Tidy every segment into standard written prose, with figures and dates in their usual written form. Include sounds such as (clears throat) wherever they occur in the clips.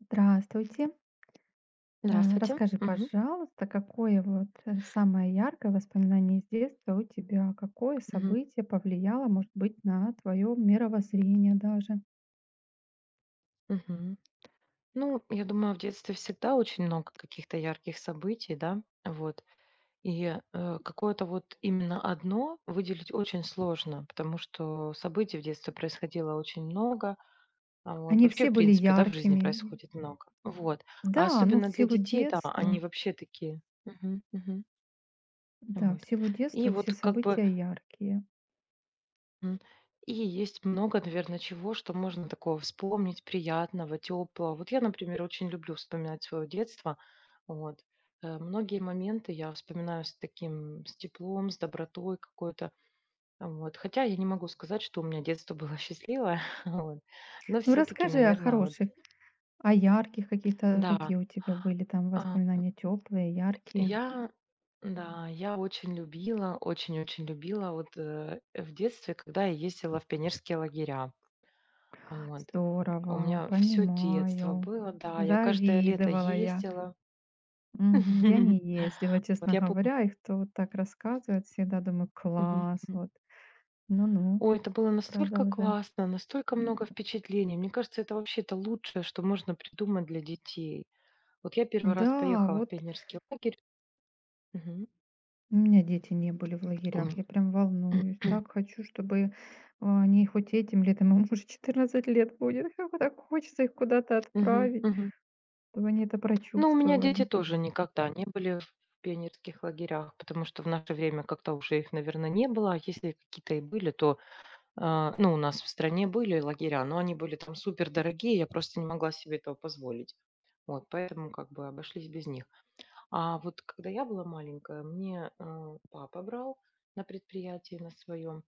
Здравствуйте. Э, Здравствуйте. Расскажи, Мгм. пожалуйста, какое вот самое яркое воспоминание из детства у тебя, какое Мгм. событие повлияло, может быть, на твое мировоззрение даже? Мгм. Ну, я думаю, в детстве всегда очень много каких-то ярких событий, да, вот. И какое-то вот именно одно выделить очень сложно, потому что событий в детстве происходило очень много, а вот Они вообще, все в были принципе, да, в жизни яркими. происходит много. Вот. А Да, ну в особенно для силу детей, да, детства. они вообще такие. Мгм. Мгм. Да, в Вот. силу И детства все вот как бы события яркие. М. И есть много, наверное, чего, что можно такого вспомнить, приятного, теплого. Вот я, например, очень люблю вспоминать свое детство. Вот. Многие моменты я вспоминаю с таким, с теплом, с добротой какой-то. Вот. Хотя я не могу сказать, что у меня детство было счастливое, (laughs) вот. Но Ну все-таки, расскажи о наверное, вот, хороших, о ярких каких-то, да, какие у тебя были там а, воспоминания теплые, яркие. я, да, я очень любила, очень-очень любила вот в детстве, когда я ездила в пионерские лагеря. Вот. У Здорово, меня все детство понимаю. было, да. Я каждое лето Завидовала я. ездила. Мгм. Я (laughs) не ездила, Вот честно я помню говоря. И кто вот так рассказывает, всегда думаю: Мгм, "Класс, мгм. вот, ну-ну, Ой, это было настолько продолжай". классно, настолько много впечатлений. Мне кажется, это вообще лучшее, что можно придумать для детей. Вот я первый раз Да, поехала в вот пионерский лагерь. Мгм. у меня дети не были в У ме лагерях, я прям волнуюсь, так (clears throat) хочу, чтобы они хоть этим летом, им уже 14 лет будет, (laughs) как вот так хочется их куда-то Мгм, отправить, мгм. чтобы они это Ну, у меня дети прочувствовали. тоже никогда не были в пионерских лагерях, потому что в наше время как-то уже их, наверное, не было. А если какие-то и были, то ну, у нас в стране были лагеря, но они были там супер дорогие, я просто не могла себе этого позволить. Вот, поэтому как бы обошлись без них. А вот когда я была маленькая, мне папа брал на предприятии на своем.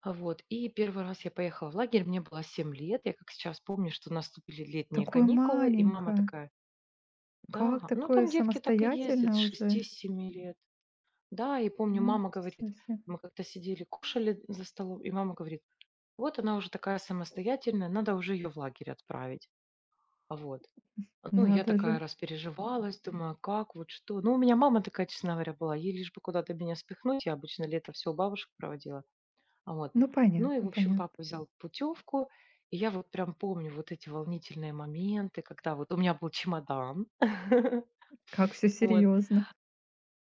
Вот, и первый раз я поехала в лагерь, мне было 7 лет, я как сейчас помню, что наступили летние Такое каникулы, и мама маленькое, такая, да, как ну такое там детки так и ездят самостоятельное с уже? 6-7 лет. Да, и помню, Ну, мама это говорит, совсем, мы как-то сидели, кушали за столом, и мама говорит, вот она уже такая самостоятельная, надо уже ее в лагерь отправить. А вот. Ну, я надо такая же. распереживалась, думаю, как, вот что. Ну, у меня мама такая, честно говоря, была, ей лишь бы куда-то меня спихнуть, я обычно лето все у бабушек проводила. А вот. Ну, Ну и, понятно, в общем, понятно, папа взял путевку, и я вот прям помню вот эти волнительные моменты, когда вот у меня был чемодан. (laughs) как все Вот, серьезно.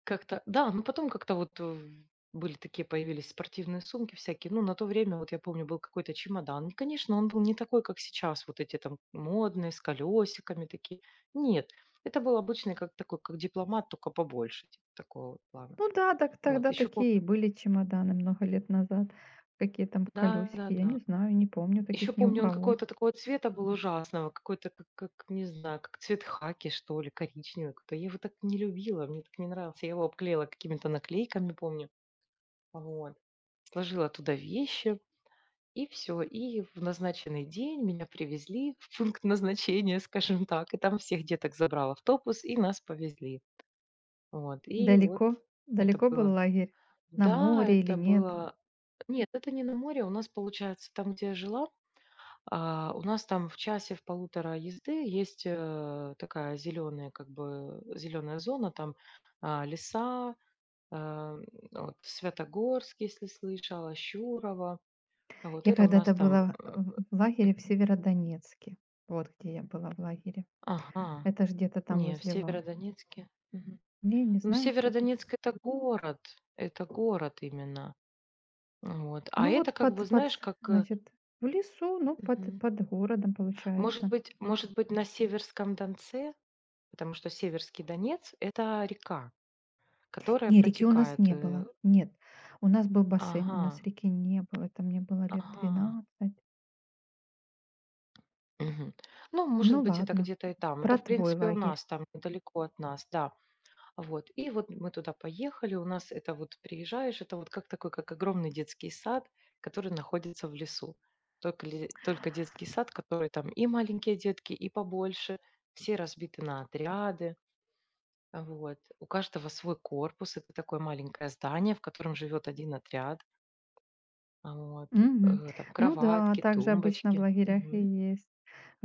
как-то да, ну потом как-то вот, были такие, появились спортивные сумки всякие. Ну, на то время, вот я помню, был какой-то чемодан. И, конечно, он был не такой, как сейчас, вот эти там модные, с колесиками такие. Нет, это был обычный, как такой, как дипломат, только побольше, типа такого вот плана. Ну да, так Вот, тогда еще помню, такие и были чемоданы много лет назад. Какие там колесики, я да-да-да. не знаю, не помню Еще таких ни у помню, он кого. какого-то такого цвета был ужасного, какой-то, не знаю, как цвет хаки, что ли, коричневый какой-то. Я его так не любила, мне так не нравился. Я его обклеила какими-то наклейками, помню. Вот. Сложила туда вещи, и все. И в назначенный день меня привезли в пункт назначения, скажем так, и там всех деток забрал автобус, и нас повезли. Вот, и вот Далеко, это далеко был было лагерь? На Да, море или это нет? было Нет, это не на море. У нас, получается, там, где я жила, у нас там в часе, в полутора езды есть, такая зеленая, как бы, зеленая зона, там, леса, а, м, вот Святогорск, если слышала, Щурово. А вот Я это у нас когда-то там, была в лагере в мгм. Северодонецке. Вот где я была в лагере. Ага. Это ж где-то там Не, в возле вас. Северодонецке. Мгм. Не, не Ну, знаешь этот? Северодонецк — это город именно. Вот. А Ну это вот как бы, знаешь, как, значит, в лесу, ну под, мгм. под городом Может получается. быть может быть, на Северском Донце, потому что Северский Донец — это река, которая Не, реки у нас протекает, не было. Нет, у нас был бассейн, у Ага, нас реки не было. Это мне было лет ага. 12. Мгм. Ну, может Ну быть, это ладно, где-то и там. Это, про в твой принципе, у лагерь. нас там, недалеко от нас, да. Вот. И вот мы туда поехали. У нас это вот приезжаешь, это вот как такой, как огромный детский сад, который находится в лесу. Только детский сад, который там и маленькие детки, и побольше. Все разбиты на отряды. Вот. У каждого свой корпус. Это такое маленькое здание, в котором живет один отряд. Вот. Мгм. Там Ну да, кроватки, также обычно в тумбочки. лагерях и Мгм. есть.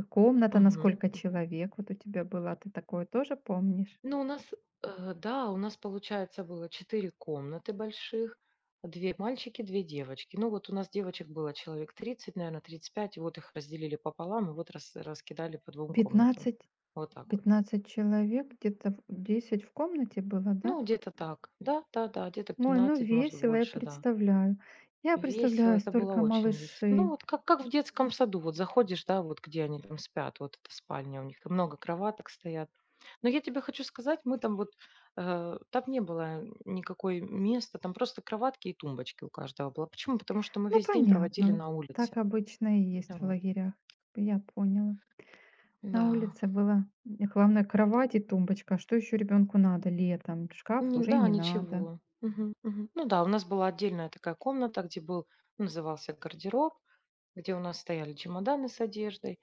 Комната на Мгм. сколько Мгм. человек? Вот у тебя была, ты такое тоже помнишь? Ну, у нас, да, у нас, получается, было 4 комнаты больших, 2 мальчики, 2 девочки. Ну, вот у нас девочек было человек 30, наверное, 35, и вот их разделили пополам, и вот раскидали по двум комнатам. 15, Вот так вот. 15 человек, где-то в- 10 в комнате было, да? Ну, где-то так. Да, да-да, где-то Ой, ну 15, может, весело, я больше, да. представляю. Я Весело, представляю, это было столько очень весело. Ну, малышей. вот как в детском саду. Вот заходишь, да, вот где они там спят, вот эта спальня у них, и много кроваток стоят. Но я тебе хочу сказать, мы там вот, там не было никакой места, там просто кроватки и тумбочки у каждого было. Почему? Потому что мы Ну, весь день проводили понятно. на улице. Так обычно и есть в Вот. лагерях. Я поняла. На Да. улице было главное кровать и тумбочка. А что еще ребенку надо летом? Шкаф уже Да, не надо. ничего. Мгм, мгм. Ну да, у нас была отдельная такая комната, где был, назывался гардероб, где у нас стояли чемоданы с одеждой.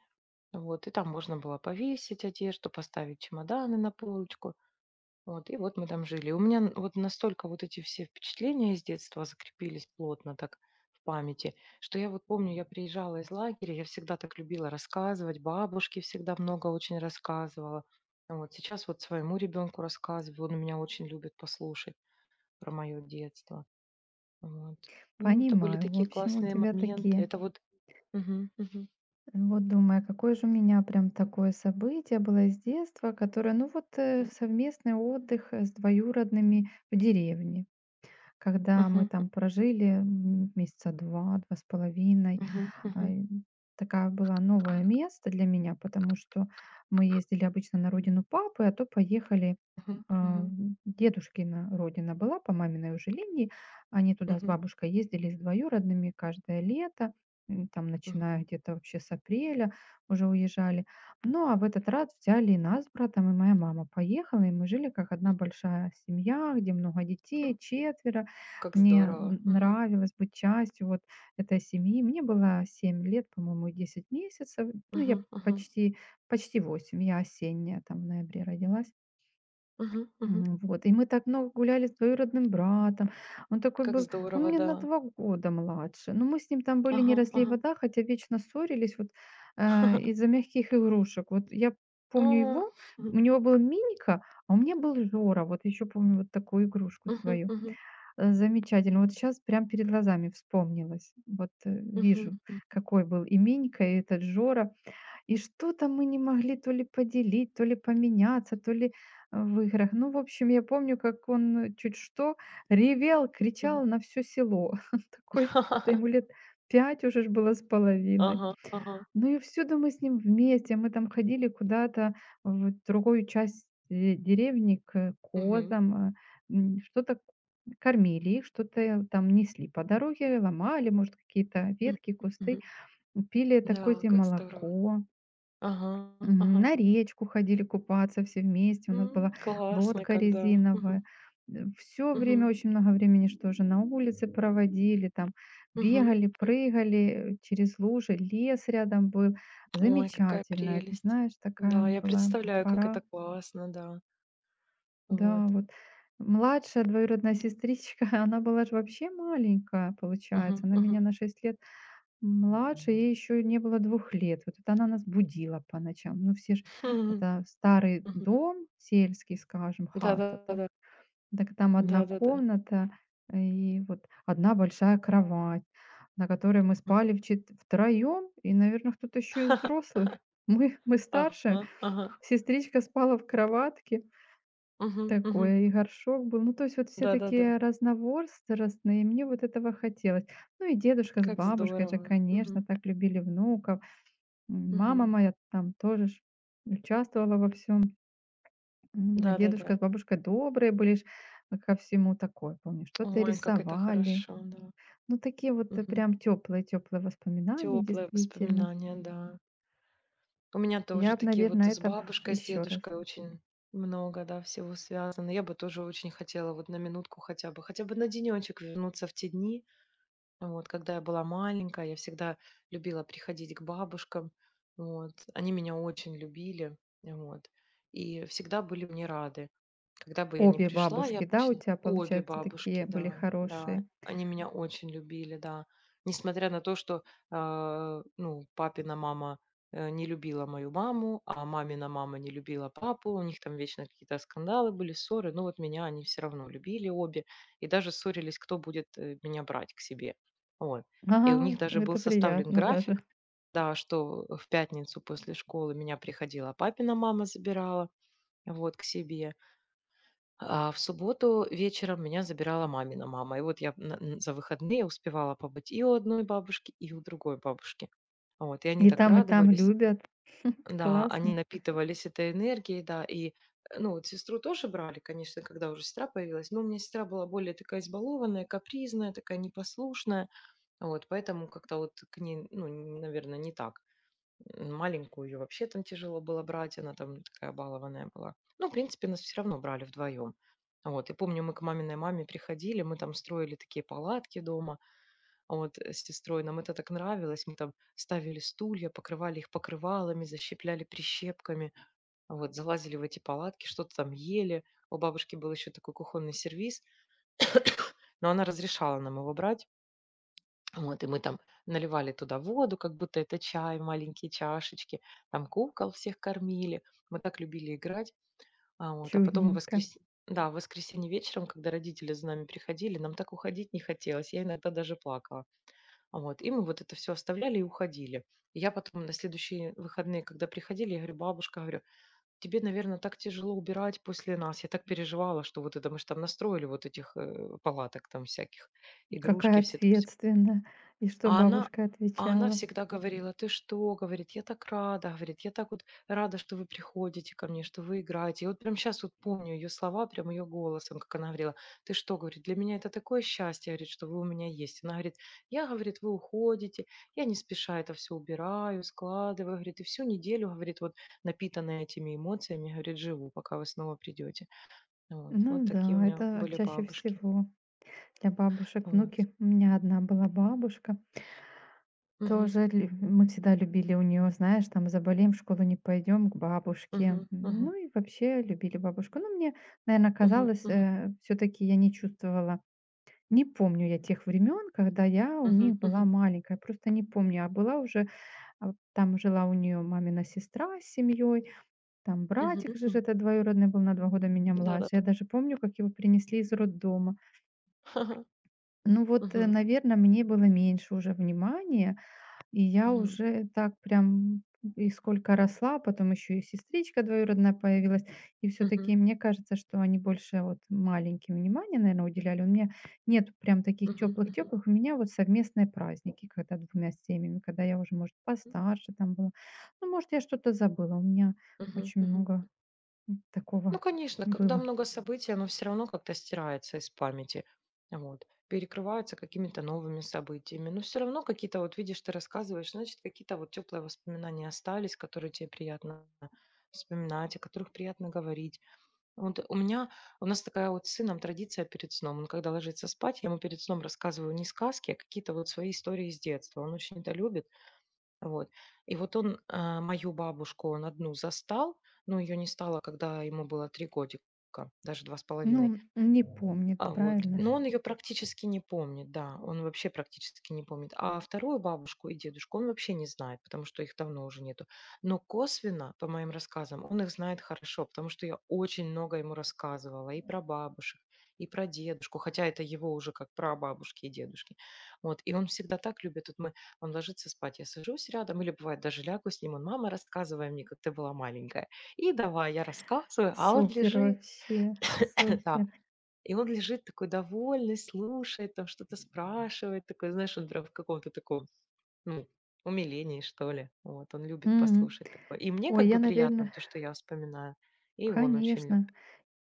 Вот, и там можно было повесить одежду, поставить чемоданы на полочку. Вот, и вот мы там жили. Вот настолько вот эти все впечатления из детства закрепились плотно так в памяти, что я вот помню, я приезжала из лагеря, я всегда так любила рассказывать, бабушке всегда много очень рассказывала. Вот сейчас вот своему ребенку рассказываю, он меня очень любит послушать про мое детство. Вот. Ну, это были Понимаю. В такие общем, у классные тебя моменты. такие. Это вот… Мгм, мгм, Вот думаю, а какое же у меня прям такое событие было из детства, которое, ну вот совместный отдых с двоюродными в деревне. Когда мы мгм, там прожили месяца два, два с половиной. мгм, А, мгм, и такая была новое место для меня, потому что мы ездили обычно на родину папы, а то поехали мгм, а, мгм. дедушкина родина была по маминой уже линии. Они туда с Мгм, бабушкой ездили с двоюродными каждое лето, там, мгм, начиная где-то вообще с апреля уже уезжали. Ну, а в этот раз взяли и нас с братом, и моя мама поехала, и мы жили как одна большая семья, где много мгм. детей, четверо. Как Мне здорово. Мгм, нравилось быть частью вот этой семьи. Мне было 7 лет, по-моему, и 10 месяцев. Ну, я мгм, мгм, почти, почти 8. Я осенняя, там в ноябре родилась. мгм, мгм. Вот. И мы так много гуляли с двоюродным братом. Он такой Как был, он здорово, мне на да. 2 года младше. Но мы с ним там были не Ага, разлей ага. вода, хотя вечно ссорились вот из-за (laughs) мягких игрушек. Вот я помню А, его, мгм, у него был Миника, а у меня был Жора. Вот еще помню вот такую игрушку мгм, свою. мгм, Замечательно. Вот сейчас прям перед глазами вспомнилось. Вот, мгм, вижу, м, какой был и Минька, и этот Жора. И что-то мы не могли то ли поделить, то ли поменяться, то ли, в играх. Ну, в общем, я помню, как он, чуть что ревел, мгм. кричал на все село. (laughs) Такой, это ему (laughs) лет 5 уже ж было с половиной. Ага, ага. Ну и всюду мы с ним вместе. Мы там ходили куда-то в другую часть де деревни к Мгм, козам, что-то кормили их, что-то там несли по дороге, ломали, может, какие-то м, ветки, кусты, мгм. пили это Да, козье как здорово. молоко. Ага, Мгм. ага. На речку ходили купаться все вместе, у нас была Классно, лодка когда. Мгм, резиновая. Всё время, мгм, очень много времени что же на улице проводили, там мгм, бегали, м. прыгали, через лужи, лес рядом был. Ой, какая Замечательно. Это, прелесть. знаешь, такая Да, я была представляю, как это пора. классно, да. Да, Вот. вот младшая двоюродная сестричка, (laughs) она была же вообще маленькая, Мгм, получается. Она меня мгм. на 6 лет младше, ей еще не было 2 лет. Вот это она нас будила по ночам. Ну, все ж (laughs) Мгм. это старый дом сельский, скажем, хата так. Да-да-да. Так там одна Да-да-да. комната и вот одна большая кровать, на которой мы Мгм. спали вчет втроем и, наверное, кто-то еще из (laughs) взрослых. (laughs) Мы Ага, старше, ага. сестричка спала в кроватке. Мгм, мгм. Такое и горшок был. Ну, то есть вот все Да-да-да. такие разновозрастные, и мне вот этого хотелось. Ну и дедушка с Как бабушкой же, здорово. конечно, Мгм, так любили внуков. Мама мгм. моя там тоже ж участвовала во всем. А Да-да-да. дедушка с бабушкой добрые были ж ко всему такое, помню. Что-то Ой, как это рисовали. хорошо, да. Ну, такие вот Мгм. прям теплые-теплые воспоминания, Теплые действительно. воспоминания, да. У меня Я тоже бы, такие вот наверное, с это бабушкой, с еще раз. дедушкой очень много, да, всего связано. Я бы тоже очень хотела вот на минутку хотя бы на денечек вернуться в те дни. Вот, когда я была маленькая, я всегда любила приходить к бабушкам. Вот, они меня очень любили. Вот, и всегда были мне рады. Когда бы я ни Обе пришла, я бабушки, да, у очень тебя, обе получается, бабушки, такие были да, да, хорошие. они меня очень любили, да. Несмотря на то, что, ну, папина мама не любила мою маму, а мамина мама не любила папу, у них там вечно какие-то скандалы были, ссоры, но вот меня они все равно любили обе, и даже ссорились, кто будет меня брать к себе. Вот. И у них Ага, даже был это составлен приятно график, даже. да, что в пятницу после школы меня приходила папина мама забирала, вот, к себе, а в субботу вечером меня забирала мамина мама. И вот я за выходные успевала побыть и у одной бабушки, и у другой бабушки. Вот, и они так И там радовались. любят. Да, они Классно, напитывались этой энергией, да, и, ну, вот сестру тоже брали, конечно, когда уже сестра появилась, но у меня сестра была более такая избалованная, капризная, такая непослушная, вот, поэтому как-то вот к ней, ну, наверное, не так. Маленькую ее вообще там тяжело было брать, она там такая балованная была. Ну, в принципе, нас все равно брали вдвоем. Вот, и помню, мы к маминой маме приходили, мы там строили такие палатки дома, вот с сестрой. Нам это так нравилось. Мы там ставили стулья, покрывали их покрывалами, защипляли прищепками, вот, залазили в эти палатки, что-то там ели. У бабушки был еще такой кухонный сервиз, (coughs) но она разрешала нам его брать. Вот, и мы там наливали туда воду, как будто это чай, маленькие чашечки. Там кукол всех кормили. Мы так любили играть. А, вот, а потом в чудненько. воскрес... да, в воскресенье вечером, когда родители за нами приходили, нам так уходить не хотелось. Я иногда даже плакала. Вот, и мы вот это все оставляли и уходили. И я потом на следующие выходные, когда приходили, я говорю: «Бабушка, говорю, тебе, наверное, так тяжело убирать после нас. Я так переживала, что вот это мы ж там настроили вот этих, палаток там всяких, игрушки Какая все там». ответственная. И что А она бабушка а она отвечала? всегда говорила: «Ты что? — говорит, — Я так рада, — говорит, — я так вот рада, что вы приходите ко мне, что вы играете». Я вот прям сейчас вот помню ее слова, прям ее голосом, как она говорила: «Ты что? — говорит, — Для меня это такое счастье, — говорит, — что вы у меня есть». Она говорит: «Я, — говорит, — вы уходите, я не спеша это все убираю, складываю, — говорит, — и всю неделю, — говорит, — вот напитанная этими эмоциями, — говорит, — живу, пока вы снова придете». Вот. Ну Вот такие у да, меня это были чаще бабушки. всего. Для бабушек Вот. внуки. У меня одна была бабушка. Мгм. Тоже мы всегда любили у нее, знаешь, там заболеем, в школу не пойдем к бабушке. Мгм. Ну Мгм. и вообще любили бабушку. Ну, мне, наверное, Мгм. казалось, Мгм. все-таки я не чувствовала. Не помню я тех времен, когда я у Мгм. них была Мгм. маленькая, просто не помню, а была уже, там жила у нее мамина сестра с семьей, там Мгм, братик же ж мгм. это двоюродный был на 2 года меня Да, да, младше. да. Я даже помню, как его принесли из роддома. (laughs) Ну вот, Мгм, наверное, мне было меньше уже внимания, и я мгм, уже так прям и сколько росла, а потом еще и сестричка двоюродная появилась. И все-таки мгм, мне кажется, что они больше вот маленьким внимания, наверное, уделяли. У меня нет прям таких мгм, мгм, теплых-теплых. У меня вот совместные праздники, когда двумя семьями, когда я уже, может, постарше там была. Ну, может, я что-то забыла. У меня мгм, очень много мгм. Ну, такого конечно, когда было. много событий, оно все равно как-то стирается из памяти. Вот. Перекрываются какими-то новыми событиями. Но все равно какие-то, вот видишь, ты рассказываешь, значит, какие-то вот теплые воспоминания остались, которые тебе приятно вспоминать, о которых приятно говорить. Вот у меня, у нас такая вот с сыном традиция перед сном. Он когда ложится спать, я ему перед сном рассказываю не сказки, а какие-то вот свои истории из детства. Он очень это любит. Вот. И вот он, мою бабушку, он одну застал, но ее не стало, когда ему было 3 годика, даже два с половиной. Ну, не помнит, правильно Но же? он ее практически не помнит, да, он вообще практически не помнит. А вторую бабушку и дедушку он вообще не знает, потому что их давно уже нету. Но косвенно, по моим рассказам, он их знает хорошо, потому что я очень много ему рассказывала и про бабушек, и про дедушку, хотя это его уже как про бабушки и дедушки. Вот, и он всегда так любит. Вот мы он ложится спать, я сажусь рядом или, бывает, даже лягу с ним, он: «Мама, рассказывай мне, как ты была маленькая». И давай, я рассказываю, а он Супер лежит, вообще, (laughs) да, супер. и он лежит такой довольный, слушает, там что-то спрашивает, такой, знаешь, он прям в каком-то таком, ну, умилении, что ли. Вот, он любит Мгм. послушать такое. И мне Ой, как я, бы приятно наверное, то, что я вспоминаю, и он очень любит. конечно.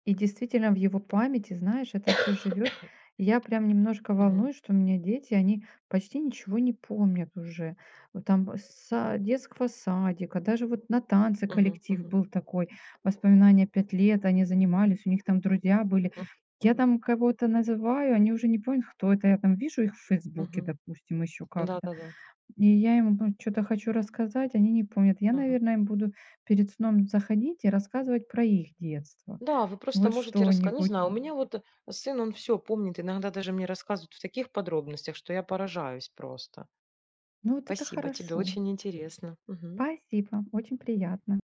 И действительно, в его памяти, знаешь, это все живет. Я прям немножко Мгм. волнуюсь, что у меня дети, они почти ничего не помнят уже. Вот там с са детского садика, даже вот на танцы Мгм. коллектив Мгм. был такой, воспоминания 5 лет, они занимались, у них там друзья были. М. Я Мгм. там кого-то называю, они уже не помнят, кто это. Я там вижу их в "Фейсбуке", Мгм. допустим, еще как-то. Да-да-да. И я им что то хочу рассказать, они не помнят. Я, Мгм. наверное, им буду перед сном заходить и рассказывать про их детство. Да, вы просто Вот можете раска Не что-нибудь. знаю, у меня вот, сын, он все помнит, иногда даже мне рассказывают в таких подробностях, что я поражаюсь просто. Ну, вот это Спасибо тебе, хорошо. очень интересно. Мгм. Спасибо, очень приятно.